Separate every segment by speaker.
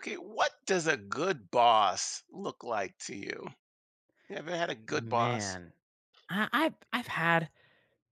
Speaker 1: Okay, what does a good boss look like to you? You ever had a good boss?
Speaker 2: Man, I I've I've had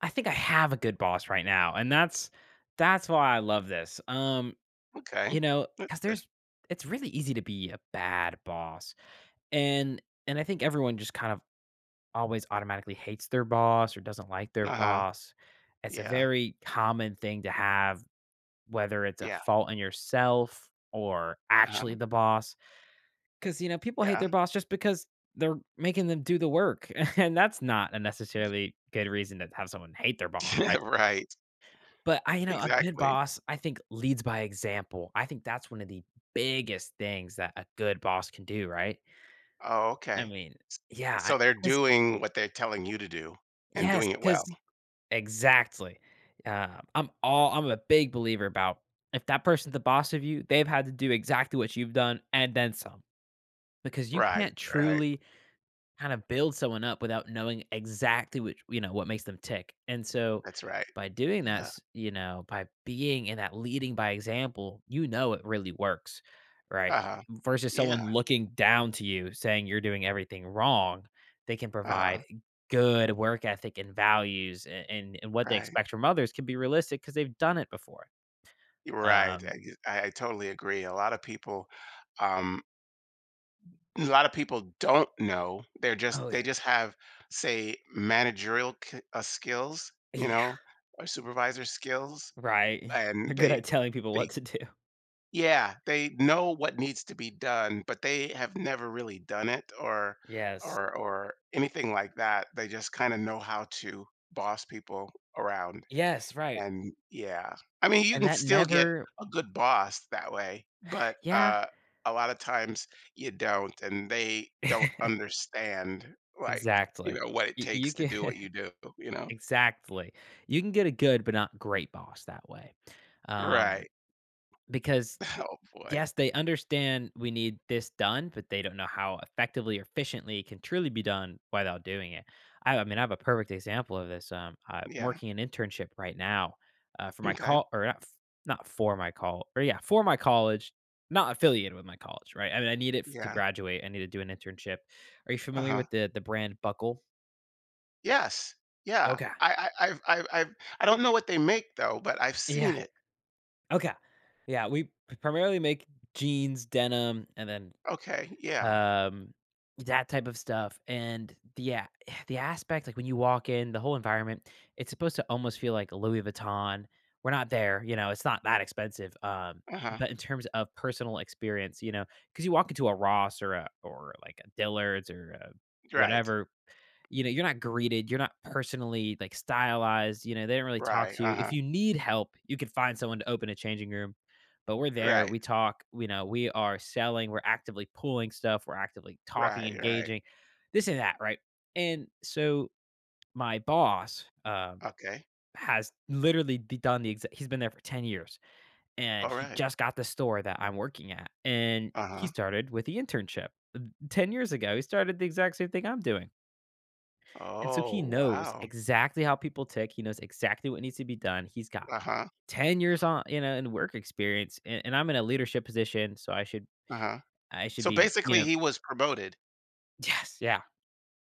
Speaker 2: I think I have a good boss right now, and that's why I love this.
Speaker 1: Okay, that's
Speaker 2: Because
Speaker 1: good.
Speaker 2: there's it's really easy to be a bad boss. And and I think everyone just kind of always automatically hates their boss or doesn't like their
Speaker 1: Uh huh.
Speaker 2: boss. It's a
Speaker 1: Yeah.
Speaker 2: very common thing to have, whether it's a
Speaker 1: Yeah.
Speaker 2: fault in yourself or
Speaker 1: Uh
Speaker 2: actually
Speaker 1: huh.
Speaker 2: the boss. People hate
Speaker 1: Yeah.
Speaker 2: their boss just because they're making them do the work, and that's not a necessarily good reason to have someone hate their boss,
Speaker 1: Yeah.
Speaker 2: right?
Speaker 1: Right.
Speaker 2: But a good
Speaker 1: Exactly.
Speaker 2: boss, I think, leads by example. I think that's one of the biggest things that a good boss can do, right?
Speaker 1: Oh,
Speaker 2: I
Speaker 1: okay.
Speaker 2: mean, yeah,
Speaker 1: So they're
Speaker 2: cause
Speaker 1: doing what they're telling you to do and
Speaker 2: yes,
Speaker 1: doing it well.
Speaker 2: cause exactly. I'm a big believer about if that person's the boss of you, they've had to do exactly what you've done and then some, because you
Speaker 1: Right.
Speaker 2: can't
Speaker 1: Right.
Speaker 2: truly kind of build someone up without knowing exactly what makes them tick, and so,
Speaker 1: That's right.
Speaker 2: by doing that,
Speaker 1: Yeah.
Speaker 2: by being in that leading by example, you know it really works, right?
Speaker 1: Uh huh.
Speaker 2: Versus
Speaker 1: Yeah.
Speaker 2: someone looking down to you saying you're doing everything wrong, they can
Speaker 1: Uh
Speaker 2: provide
Speaker 1: huh.
Speaker 2: good work ethic and values, and and what they
Speaker 1: Right.
Speaker 2: expect from others can be realistic because 'cause they've done it before.
Speaker 1: You're Right.
Speaker 2: Um,
Speaker 1: I totally agree. A lot of people, um, a lot of people don't know. They're just
Speaker 2: oh,
Speaker 1: they
Speaker 2: yeah.
Speaker 1: just have say managerial skills, you
Speaker 2: Yeah,
Speaker 1: know, or supervisor skills,
Speaker 2: right.
Speaker 1: and
Speaker 2: They're good
Speaker 1: they
Speaker 2: at telling people
Speaker 1: they
Speaker 2: what to do.
Speaker 1: yeah they know what needs to be done, but they have never really done it or
Speaker 2: Yes.
Speaker 1: or anything like that. They just kind of know how to boss people around.
Speaker 2: Yes, right,
Speaker 1: And yeah, I mean, you
Speaker 2: and
Speaker 1: can
Speaker 2: that
Speaker 1: still get
Speaker 2: never.
Speaker 1: a good boss that way, but
Speaker 2: Yeah.
Speaker 1: a lot of times you don't, and they don't understand, like, you
Speaker 2: Exactly.
Speaker 1: know, what it
Speaker 2: Y
Speaker 1: takes
Speaker 2: you
Speaker 1: to
Speaker 2: can
Speaker 1: do what you do, you know?
Speaker 2: exactly. You can get a good but not great boss that way, um,
Speaker 1: Right.
Speaker 2: because
Speaker 1: Oh, boy.
Speaker 2: yes, they understand we need this done, but they don't know how effectively or efficiently it can truly be done without doing it. I have a perfect example of this. I'm
Speaker 1: Yeah.
Speaker 2: working an internship right now for my
Speaker 1: Okay.
Speaker 2: call, or not, f- not for my call, or yeah, for my college, not affiliated with my college, right? I mean, I need it to
Speaker 1: Yeah.
Speaker 2: graduate. I need to do an internship. Are you
Speaker 1: Uh
Speaker 2: familiar
Speaker 1: huh.
Speaker 2: with the brand Buckle?
Speaker 1: Yes. Yeah.
Speaker 2: Okay.
Speaker 1: I've, I don't know what they make though, but I've
Speaker 2: Yeah.
Speaker 1: seen it.
Speaker 2: Okay. Yeah. We primarily make jeans, denim, and then
Speaker 1: Okay. Yeah.
Speaker 2: um that type of stuff. And the the aspect, like when you walk in, the whole environment, it's supposed to almost feel like Louis Vuitton. We're not there, you know, it's not that expensive,
Speaker 1: Uh huh.
Speaker 2: but in terms of personal experience, you know, because you walk into a Ross or a or like a Dillard's or a
Speaker 1: Right.
Speaker 2: whatever, you know, you're not greeted, you're not personally, like, stylized, you know, they don't really talk
Speaker 1: Right.
Speaker 2: to
Speaker 1: Uh
Speaker 2: you.
Speaker 1: huh.
Speaker 2: If you need help, you can find someone to open a changing room, but we're there,
Speaker 1: Right.
Speaker 2: we talk. You know, we are selling, we're actively pulling stuff, we're actively talking,
Speaker 1: Right. Right.
Speaker 2: engaging, this and that, right? And so my boss,
Speaker 1: Okay.
Speaker 2: has literally d done the exact he's been there for 10 years, and
Speaker 1: All
Speaker 2: he
Speaker 1: right.
Speaker 2: just got the store that I'm working at, and
Speaker 1: Uh
Speaker 2: he
Speaker 1: huh.
Speaker 2: started with the internship. Uh, 10 years ago, he started the exact same thing I'm doing. And so he
Speaker 1: Oh,
Speaker 2: knows
Speaker 1: wow.
Speaker 2: exactly how people tick. He knows exactly what needs to be done. He's got
Speaker 1: Uh-huh,
Speaker 2: 10 years on, you know, in work experience, and I'm in a leadership position. So
Speaker 1: uh-huh.
Speaker 2: I should
Speaker 1: So
Speaker 2: be, you
Speaker 1: basically
Speaker 2: know,
Speaker 1: he was promoted.
Speaker 2: yes. Yeah.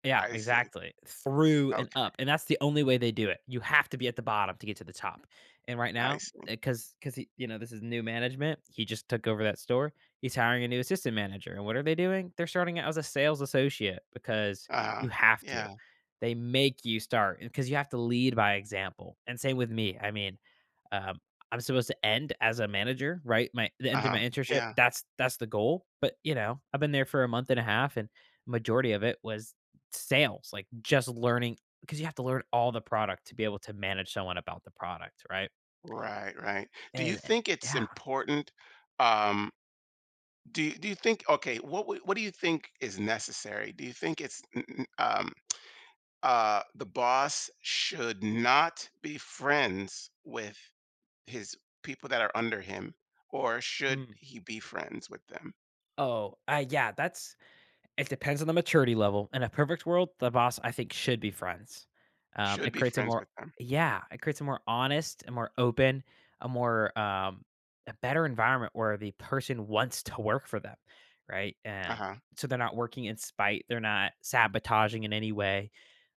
Speaker 2: Yeah,
Speaker 1: I see.
Speaker 2: exactly. Through and
Speaker 1: Okay,
Speaker 2: up, and that's the only way they do it. You have to be at the bottom to get to the top. And right
Speaker 1: I
Speaker 2: now,
Speaker 1: see.
Speaker 2: because this is new management. He just took over that store. He's hiring a new assistant manager, and what are they doing? They're starting out as a sales associate because you
Speaker 1: Uh-huh.
Speaker 2: have to.
Speaker 1: Yeah,
Speaker 2: They make you start, because you have to lead by example, and same with me. I mean, um, I'm supposed to end as a manager, right? My The end of
Speaker 1: uh-huh.
Speaker 2: my internship,
Speaker 1: Yeah.
Speaker 2: that's the goal. But, you know, I've been there for a month and a half, and majority of it was sales, like just learning, because you have to learn all the product to be able to manage someone about the product, right?
Speaker 1: Right, right. Do you
Speaker 2: And,
Speaker 1: think it's
Speaker 2: yeah.
Speaker 1: important, um, do you think okay, what would what do you think is necessary? Do you think it's n n the boss should not be friends with his people that are under him, or should
Speaker 2: Mm.
Speaker 1: he be friends with them?
Speaker 2: Oh, yeah, that's it depends on the maturity level. In a perfect world, the boss, I think, should be friends.
Speaker 1: Should
Speaker 2: It
Speaker 1: be
Speaker 2: creates a
Speaker 1: friends
Speaker 2: more
Speaker 1: with them.
Speaker 2: Yeah, it creates a more honest, a more open, a more um, a better environment where the person wants to work for them, right?
Speaker 1: Uh-huh.
Speaker 2: So they're not working in spite, they're not sabotaging in any way.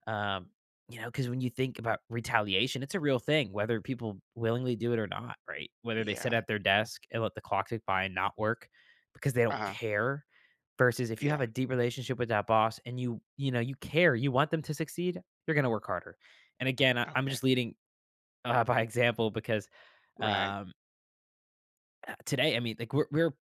Speaker 2: Um, you know, because when you think about retaliation, it's a real thing, whether people willingly do it or not, right? Whether they sit
Speaker 1: Yeah.
Speaker 2: at their desk and let the clock tick by and not work because they don't
Speaker 1: Uh-huh.
Speaker 2: care, versus if you
Speaker 1: Yeah.
Speaker 2: have a deep relationship with that boss and you know you care, you want them to succeed, you're going to work harder. And again, I'm
Speaker 1: Okay.
Speaker 2: just leading by example because
Speaker 1: Right.
Speaker 2: um today, i mean like we're, we're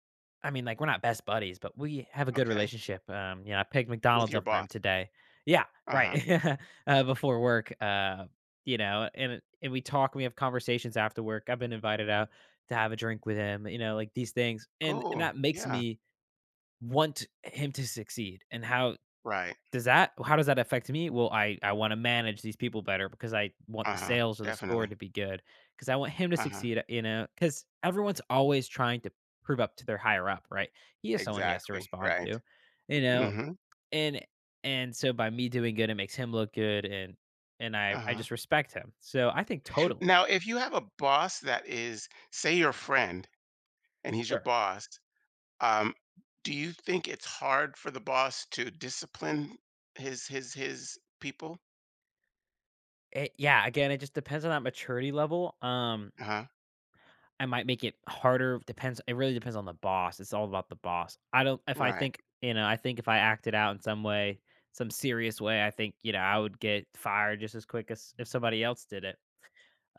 Speaker 2: i mean like we're not best buddies, but we have a good
Speaker 1: Okay.
Speaker 2: relationship. Um, you know, I picked
Speaker 1: With
Speaker 2: McDonald's
Speaker 1: your
Speaker 2: up for him
Speaker 1: boss.
Speaker 2: today, yeah,
Speaker 1: Uh-huh.
Speaker 2: right. Before work, you know, and we talk, we have conversations after work, I've been invited out to have a drink with him, you know, like these things, and
Speaker 1: Cool.
Speaker 2: that makes
Speaker 1: Yeah.
Speaker 2: me want him to succeed. And
Speaker 1: Right.
Speaker 2: how does that affect me? Well, I wanna manage these people better because I want the
Speaker 1: Uh-huh.
Speaker 2: sales of the store
Speaker 1: Definitely.
Speaker 2: to be good because I want him to
Speaker 1: Uh-huh.
Speaker 2: succeed, you know, because everyone's always trying to prove up to their higher up, right? He is someone He has to
Speaker 1: Exactly.
Speaker 2: respond
Speaker 1: Right.
Speaker 2: to, you know,
Speaker 1: Mm-hmm.
Speaker 2: and and so by me doing good, it makes him look good, and I
Speaker 1: Uh-huh.
Speaker 2: just respect him. So I think totally,
Speaker 1: Now, if you have a boss that is, say, your friend and he's your
Speaker 2: sure.
Speaker 1: boss, um, do you think it's hard for the boss to discipline his people?
Speaker 2: It yeah, again, it just depends on that maturity level.
Speaker 1: Uh-huh.
Speaker 2: I might make it harder, depends it really depends on the boss, it's all about the boss. I don't if I
Speaker 1: Right.
Speaker 2: think you know, I think if I acted out in some way, some serious way, I think, you know, I would get fired just as quick as if somebody else did it.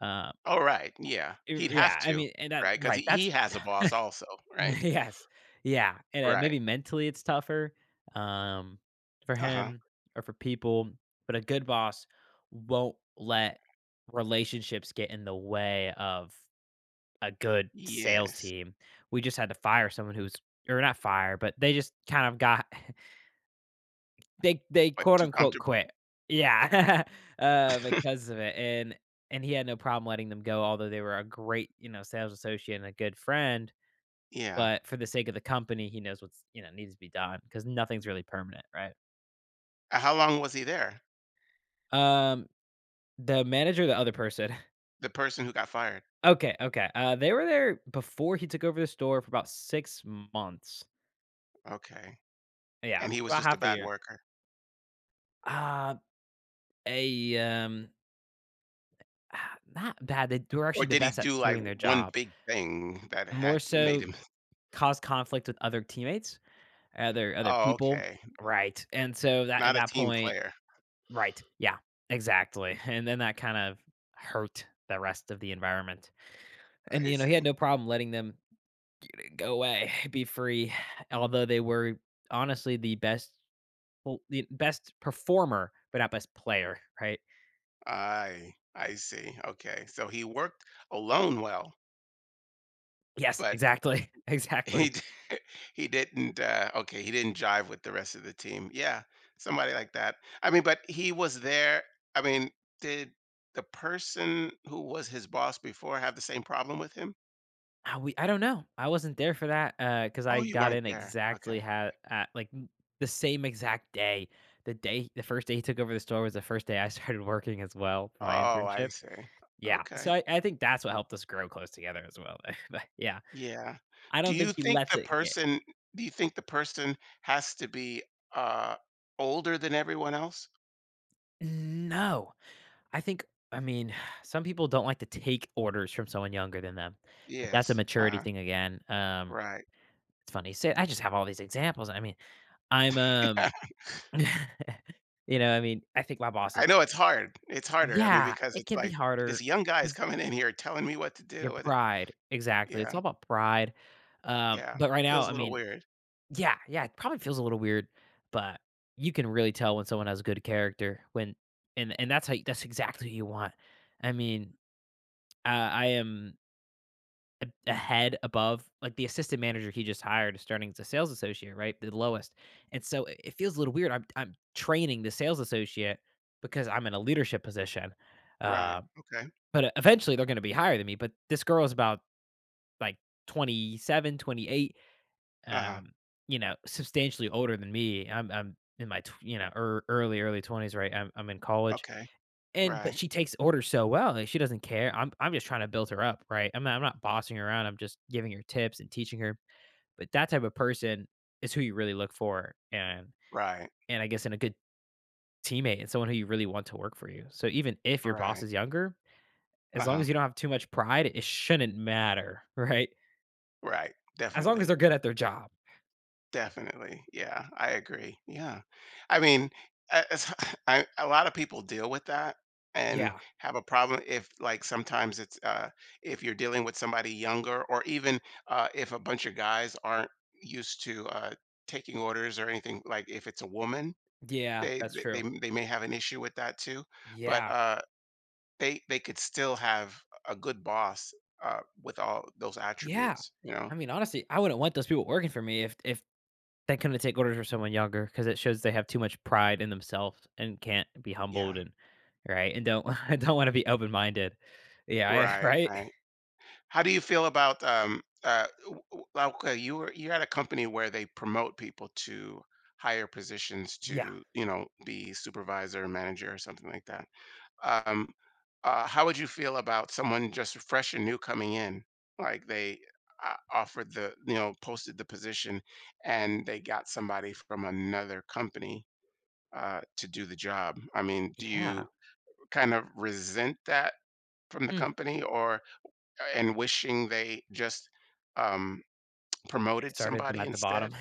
Speaker 2: Uh,
Speaker 1: All right. Yeah. He'd have
Speaker 2: yeah, I
Speaker 1: to,
Speaker 2: mean, and that
Speaker 1: right? Because he,
Speaker 2: right,
Speaker 1: he
Speaker 2: that's
Speaker 1: has a boss also, right?
Speaker 2: yes, yeah, and,
Speaker 1: Right.
Speaker 2: maybe mentally it's tougher, um, for
Speaker 1: Uh-huh.
Speaker 2: him or for people, but a good boss won't let relationships get in the way of a good sales
Speaker 1: Yes.
Speaker 2: team. We just had to fire someone who's or not fire, but they just kind of got they
Speaker 1: What,
Speaker 2: quote
Speaker 1: too
Speaker 2: unquote
Speaker 1: comfortable?
Speaker 2: quit. Yeah. Because of it. And he had no problem letting them go, although they were a great, you know, sales associate and a good friend.
Speaker 1: Yeah.
Speaker 2: But for the sake of the company, he knows what's you know needs to be done, because nothing's really permanent, right?
Speaker 1: How long was he there?
Speaker 2: Um, the manager, the other person.
Speaker 1: The person who got fired?
Speaker 2: Okay, okay. Uh, they were there before he took over the store for about 6 months.
Speaker 1: Okay.
Speaker 2: Yeah,
Speaker 1: And he
Speaker 2: it's
Speaker 1: was
Speaker 2: about
Speaker 1: just a
Speaker 2: half a
Speaker 1: bad
Speaker 2: year.
Speaker 1: worker?
Speaker 2: Ah, A, um, Not bad, they were
Speaker 1: Or
Speaker 2: actually the
Speaker 1: did he
Speaker 2: best at
Speaker 1: do, like,
Speaker 2: doing their
Speaker 1: one
Speaker 2: job.
Speaker 1: big thing that
Speaker 2: More
Speaker 1: had made
Speaker 2: so
Speaker 1: him
Speaker 2: caused conflict with other teammates, other
Speaker 1: Oh,
Speaker 2: people.
Speaker 1: okay.
Speaker 2: Right, and so, that at
Speaker 1: Not a
Speaker 2: that
Speaker 1: team
Speaker 2: point
Speaker 1: player.
Speaker 2: right, yeah, exactly, and then that kind of hurt the rest of the environment. And,
Speaker 1: I
Speaker 2: you know, he had
Speaker 1: see.
Speaker 2: no problem letting them go away, be free, although they were honestly the best, well, the best performer, but not best player, right?
Speaker 1: I see, okay. So he worked alone well,
Speaker 2: Yes,
Speaker 1: but
Speaker 2: exactly, exactly.
Speaker 1: he He didn't, okay, he didn't jive with the rest of the team. Yeah, somebody like that. I mean, but he was there I mean, did the person who was his boss before have the same problem with him?
Speaker 2: Ah, we I don't know. I wasn't there for that, because
Speaker 1: Oh,
Speaker 2: I
Speaker 1: you
Speaker 2: got
Speaker 1: weren't
Speaker 2: in
Speaker 1: there.
Speaker 2: exactly
Speaker 1: Okay.
Speaker 2: had at, like, m the same exact day. The first day he took over the store was the first day I started working as well for my
Speaker 1: Oh, I
Speaker 2: internship.
Speaker 1: see.
Speaker 2: Yeah, so
Speaker 1: Okay.
Speaker 2: I think that's what helped us grow close together as well, but yeah,
Speaker 1: Yeah.
Speaker 2: I
Speaker 1: Do
Speaker 2: don't think
Speaker 1: you
Speaker 2: he
Speaker 1: think
Speaker 2: lets
Speaker 1: the
Speaker 2: it get
Speaker 1: person do you think the person has to be, uh, older than everyone else?
Speaker 2: no, I think I mean, some people don't like to take orders from someone younger than them, but that's a
Speaker 1: Yes.
Speaker 2: maturity
Speaker 1: Uh-huh.
Speaker 2: thing again.
Speaker 1: Right.
Speaker 2: It's funny you say I just have all these examples, I mean, I'm, um you know, I mean, I think my boss
Speaker 1: I
Speaker 2: is
Speaker 1: know it's hard. It's harder, I mean,
Speaker 2: yeah,
Speaker 1: because
Speaker 2: it
Speaker 1: it's
Speaker 2: can be
Speaker 1: like, this
Speaker 2: harder.
Speaker 1: young guy is
Speaker 2: Is
Speaker 1: coming in here telling me what to
Speaker 2: Your
Speaker 1: do with it.
Speaker 2: pride. Exactly, it's
Speaker 1: Yeah,
Speaker 2: all about pride,
Speaker 1: yeah.
Speaker 2: but right now,
Speaker 1: Feels a
Speaker 2: I
Speaker 1: little
Speaker 2: mean,
Speaker 1: weird.
Speaker 2: yeah, yeah, it probably feels a little weird, but you can really tell when someone has good character when and that's how that's exactly who you want. I mean, I am a head above, like, the assistant manager he just hired is starting as a sales associate, right, the lowest. And so it feels a little weird. I'm training the sales associate because I'm in a leadership position.
Speaker 1: Right,
Speaker 2: uh,
Speaker 1: okay.
Speaker 2: but eventually they're going to be higher than me. But this girl is about, like, 27 28,
Speaker 1: Uh-huh,
Speaker 2: um, substantially older than me. I'm in my early 20s, right? I'm in college.
Speaker 1: okay.
Speaker 2: And but
Speaker 1: Right,
Speaker 2: she takes orders so well, like, she doesn't care. I'm just trying to build her up, right? I'm not bossing her around. I'm just giving her tips and teaching her. But that type of person is who you really look for,
Speaker 1: right,
Speaker 2: and I guess in a good teammate and someone who you really want to work for you. So even if your boss
Speaker 1: right.
Speaker 2: is younger, as long as
Speaker 1: Uh-huh,
Speaker 2: you don't have too much pride, it shouldn't matter, right?
Speaker 1: right,
Speaker 2: As long as
Speaker 1: definitely.
Speaker 2: they're good at their job.
Speaker 1: Definitely. Yeah, I agree. Yeah. I mean, it's- I, a lot of people deal with that and
Speaker 2: Yeah,
Speaker 1: have a problem if, like, sometimes it's if you're dealing with somebody younger, or even if a bunch of guys aren't used to taking orders or anything. Like, if it's a woman,
Speaker 2: yeah,
Speaker 1: they
Speaker 2: that's
Speaker 1: they
Speaker 2: true.
Speaker 1: they they may have an issue with that too. But
Speaker 2: Yeah,
Speaker 1: they could still have a good boss with all those
Speaker 2: yeah.
Speaker 1: attributes. You know?
Speaker 2: I mean, honestly, I wouldn't want those people working for me if they couldn't take orders from someone younger, because it shows they have too much pride in themselves and can't be humbled
Speaker 1: Yeah.
Speaker 2: and right and don't don't want to be open minded. Yeah, I,
Speaker 1: Right.
Speaker 2: right.
Speaker 1: Right. How do you feel about, w w like, okay, you were you had a company where they promote people to higher positions
Speaker 2: Yeah,
Speaker 1: to, you know, be supervisor, manager, or something like that. Um, how would you feel about someone just fresh and new coming in? Like, they, offered the you know, posted the position, and they got somebody from another company, to do the job. I mean, do
Speaker 2: yeah.
Speaker 1: you kind of resent that from the
Speaker 2: Mm.
Speaker 1: company, or and wishing they just, um,
Speaker 2: Like
Speaker 1: promoted
Speaker 2: started them
Speaker 1: somebody
Speaker 2: at the
Speaker 1: instead?
Speaker 2: bottom.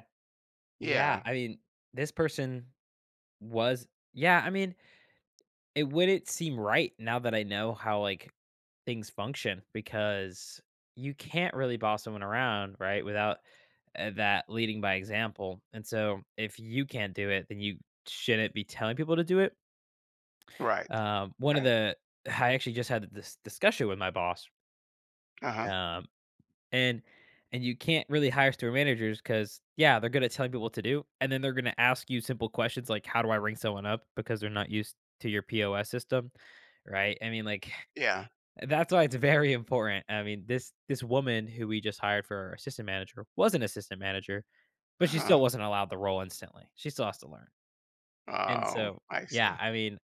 Speaker 2: Yeah,
Speaker 1: Yeah,
Speaker 2: I mean, this person was. Yeah, I mean, it wouldn't seem right now that I know how, like, things function, because you can't really boss someone around, right, without, that leading by example. And so if you can't do it, then you shouldn't be telling people to do it.
Speaker 1: right,
Speaker 2: One of
Speaker 1: right.
Speaker 2: the I actually just had this discussion with my boss,
Speaker 1: Uh-huh,
Speaker 2: um, and and you can't really hire store managers because yeah, they're good at telling people what to do, and then they're gonna ask you simple questions like, "How do I ring someone up?" Because they're not used to your POS system, right? I mean, like,
Speaker 1: yeah,
Speaker 2: that's why it's very important. I mean, this woman who we just hired for our assistant manager was an assistant manager, but she
Speaker 1: uh-huh.
Speaker 2: still wasn't allowed the role instantly. She still has to learn. And
Speaker 1: Oh,
Speaker 2: so,
Speaker 1: I
Speaker 2: yeah,
Speaker 1: see.
Speaker 2: I mean,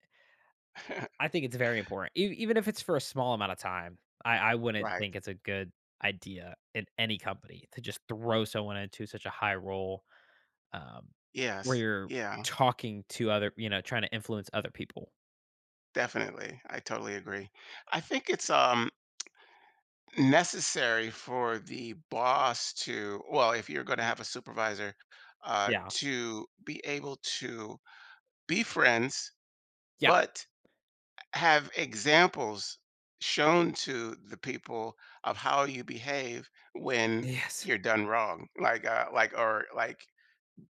Speaker 2: I think it's very important. E- even if it's for a small amount of time, I wouldn't
Speaker 1: Right.
Speaker 2: think it's a good idea in any company to just throw someone into such a high role um, where
Speaker 1: Yes.
Speaker 2: you're
Speaker 1: Yeah,
Speaker 2: talking to other, trying to influence other people.
Speaker 1: definitely. I totally agree. I think it's, necessary for the boss to well, if you're gonna have a supervisor,
Speaker 2: Yeah.
Speaker 1: to be able to be friends,
Speaker 2: Yeah.
Speaker 1: but have examples shown to the people of how you behave when
Speaker 2: Yes.
Speaker 1: you're done wrong like or like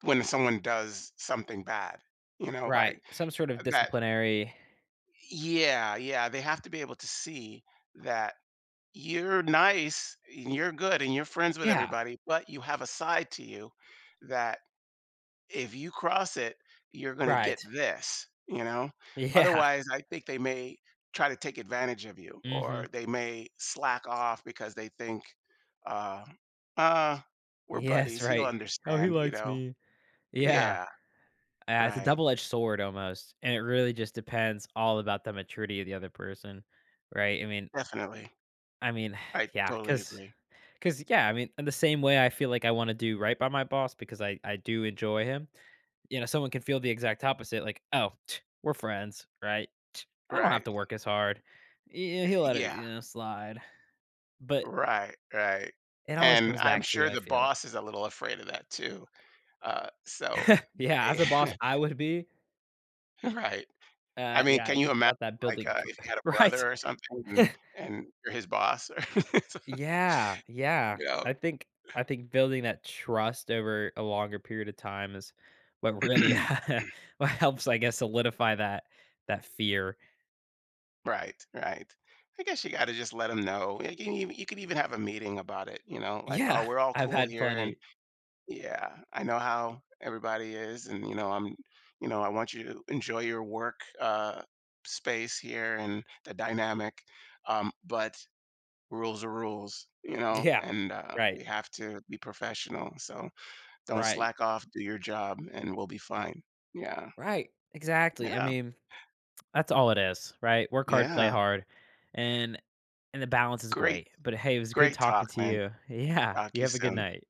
Speaker 1: when someone does something bad you know like
Speaker 2: Right. Some sort of
Speaker 1: that
Speaker 2: disciplinary.
Speaker 1: yeah yeah they have to be able to see that you're nice and you're good and you're friends with
Speaker 2: Yeah.
Speaker 1: everybody but you have a side to you that if you cross it, you're going to
Speaker 2: Right.
Speaker 1: get this, you know?
Speaker 2: Yeah.
Speaker 1: Otherwise, I think they may try to take advantage of you or
Speaker 2: Mhm.
Speaker 1: they may slack off because they think, uh, uh, we're
Speaker 2: Yes,
Speaker 1: buddies. He'll
Speaker 2: right. "Oh, he
Speaker 1: understand, you
Speaker 2: likes
Speaker 1: know?
Speaker 2: me." Yeah.
Speaker 1: Yeah,
Speaker 2: It's a
Speaker 1: right.
Speaker 2: double-edged sword almost, and it really just depends all about the maturity of the other person, right?
Speaker 1: Definitely.
Speaker 2: I mean,
Speaker 1: I
Speaker 2: yeah,
Speaker 1: totally agree.
Speaker 2: because yeah, I mean, in the same way I feel like I wanna do right by my boss because I do enjoy him, someone can feel the exact opposite, like, "Oh, we're friends, right? I don't have
Speaker 1: Right.
Speaker 2: to work as hard. Yeah, he'll let it,
Speaker 1: Yeah,
Speaker 2: you know, slide." But
Speaker 1: right, right.
Speaker 2: it always
Speaker 1: And
Speaker 2: comes
Speaker 1: I'm
Speaker 2: back to you,
Speaker 1: sure
Speaker 2: I
Speaker 1: the
Speaker 2: feel.
Speaker 1: boss is a little afraid of that too. So,
Speaker 2: Yeah, as a boss, I would be
Speaker 1: right. I mean,
Speaker 2: Yeah,
Speaker 1: can
Speaker 2: it's
Speaker 1: you
Speaker 2: just
Speaker 1: imagine,
Speaker 2: about that
Speaker 1: like,
Speaker 2: building tr
Speaker 1: if you had a
Speaker 2: right.
Speaker 1: brother or something and you're his boss? Or
Speaker 2: Yeah, yeah.
Speaker 1: You know?
Speaker 2: I think I think building that trust over a longer period of time is what really what helps, I guess, solidify that that fear.
Speaker 1: Right, right. I guess you gotta just let 'em know. You can even you could even have a meeting about it, you know, like, "Oh,
Speaker 2: Yeah,
Speaker 1: we're all
Speaker 2: I've
Speaker 1: cool
Speaker 2: had
Speaker 1: here, and
Speaker 2: plenty.
Speaker 1: yeah, I know how everybody is, and, you know, I'm you know, I want you to enjoy your work, space here and the dynamic, but rules are rules, you know,
Speaker 2: Yeah.
Speaker 1: and,
Speaker 2: Right,
Speaker 1: we have to be professional, so" Don't
Speaker 2: right,
Speaker 1: slack off, do your job, and we'll be fine. Yeah,
Speaker 2: right. Exactly. I
Speaker 1: yeah,
Speaker 2: mean, that's all it is, right? Work hard, play
Speaker 1: yeah.
Speaker 2: hard, and and the balance is
Speaker 1: Great,
Speaker 2: great. But hey, it was good
Speaker 1: great talk,
Speaker 2: talking to
Speaker 1: man.
Speaker 2: you. Yeah,
Speaker 1: Talk to
Speaker 2: you
Speaker 1: you
Speaker 2: have a good
Speaker 1: soon.
Speaker 2: night.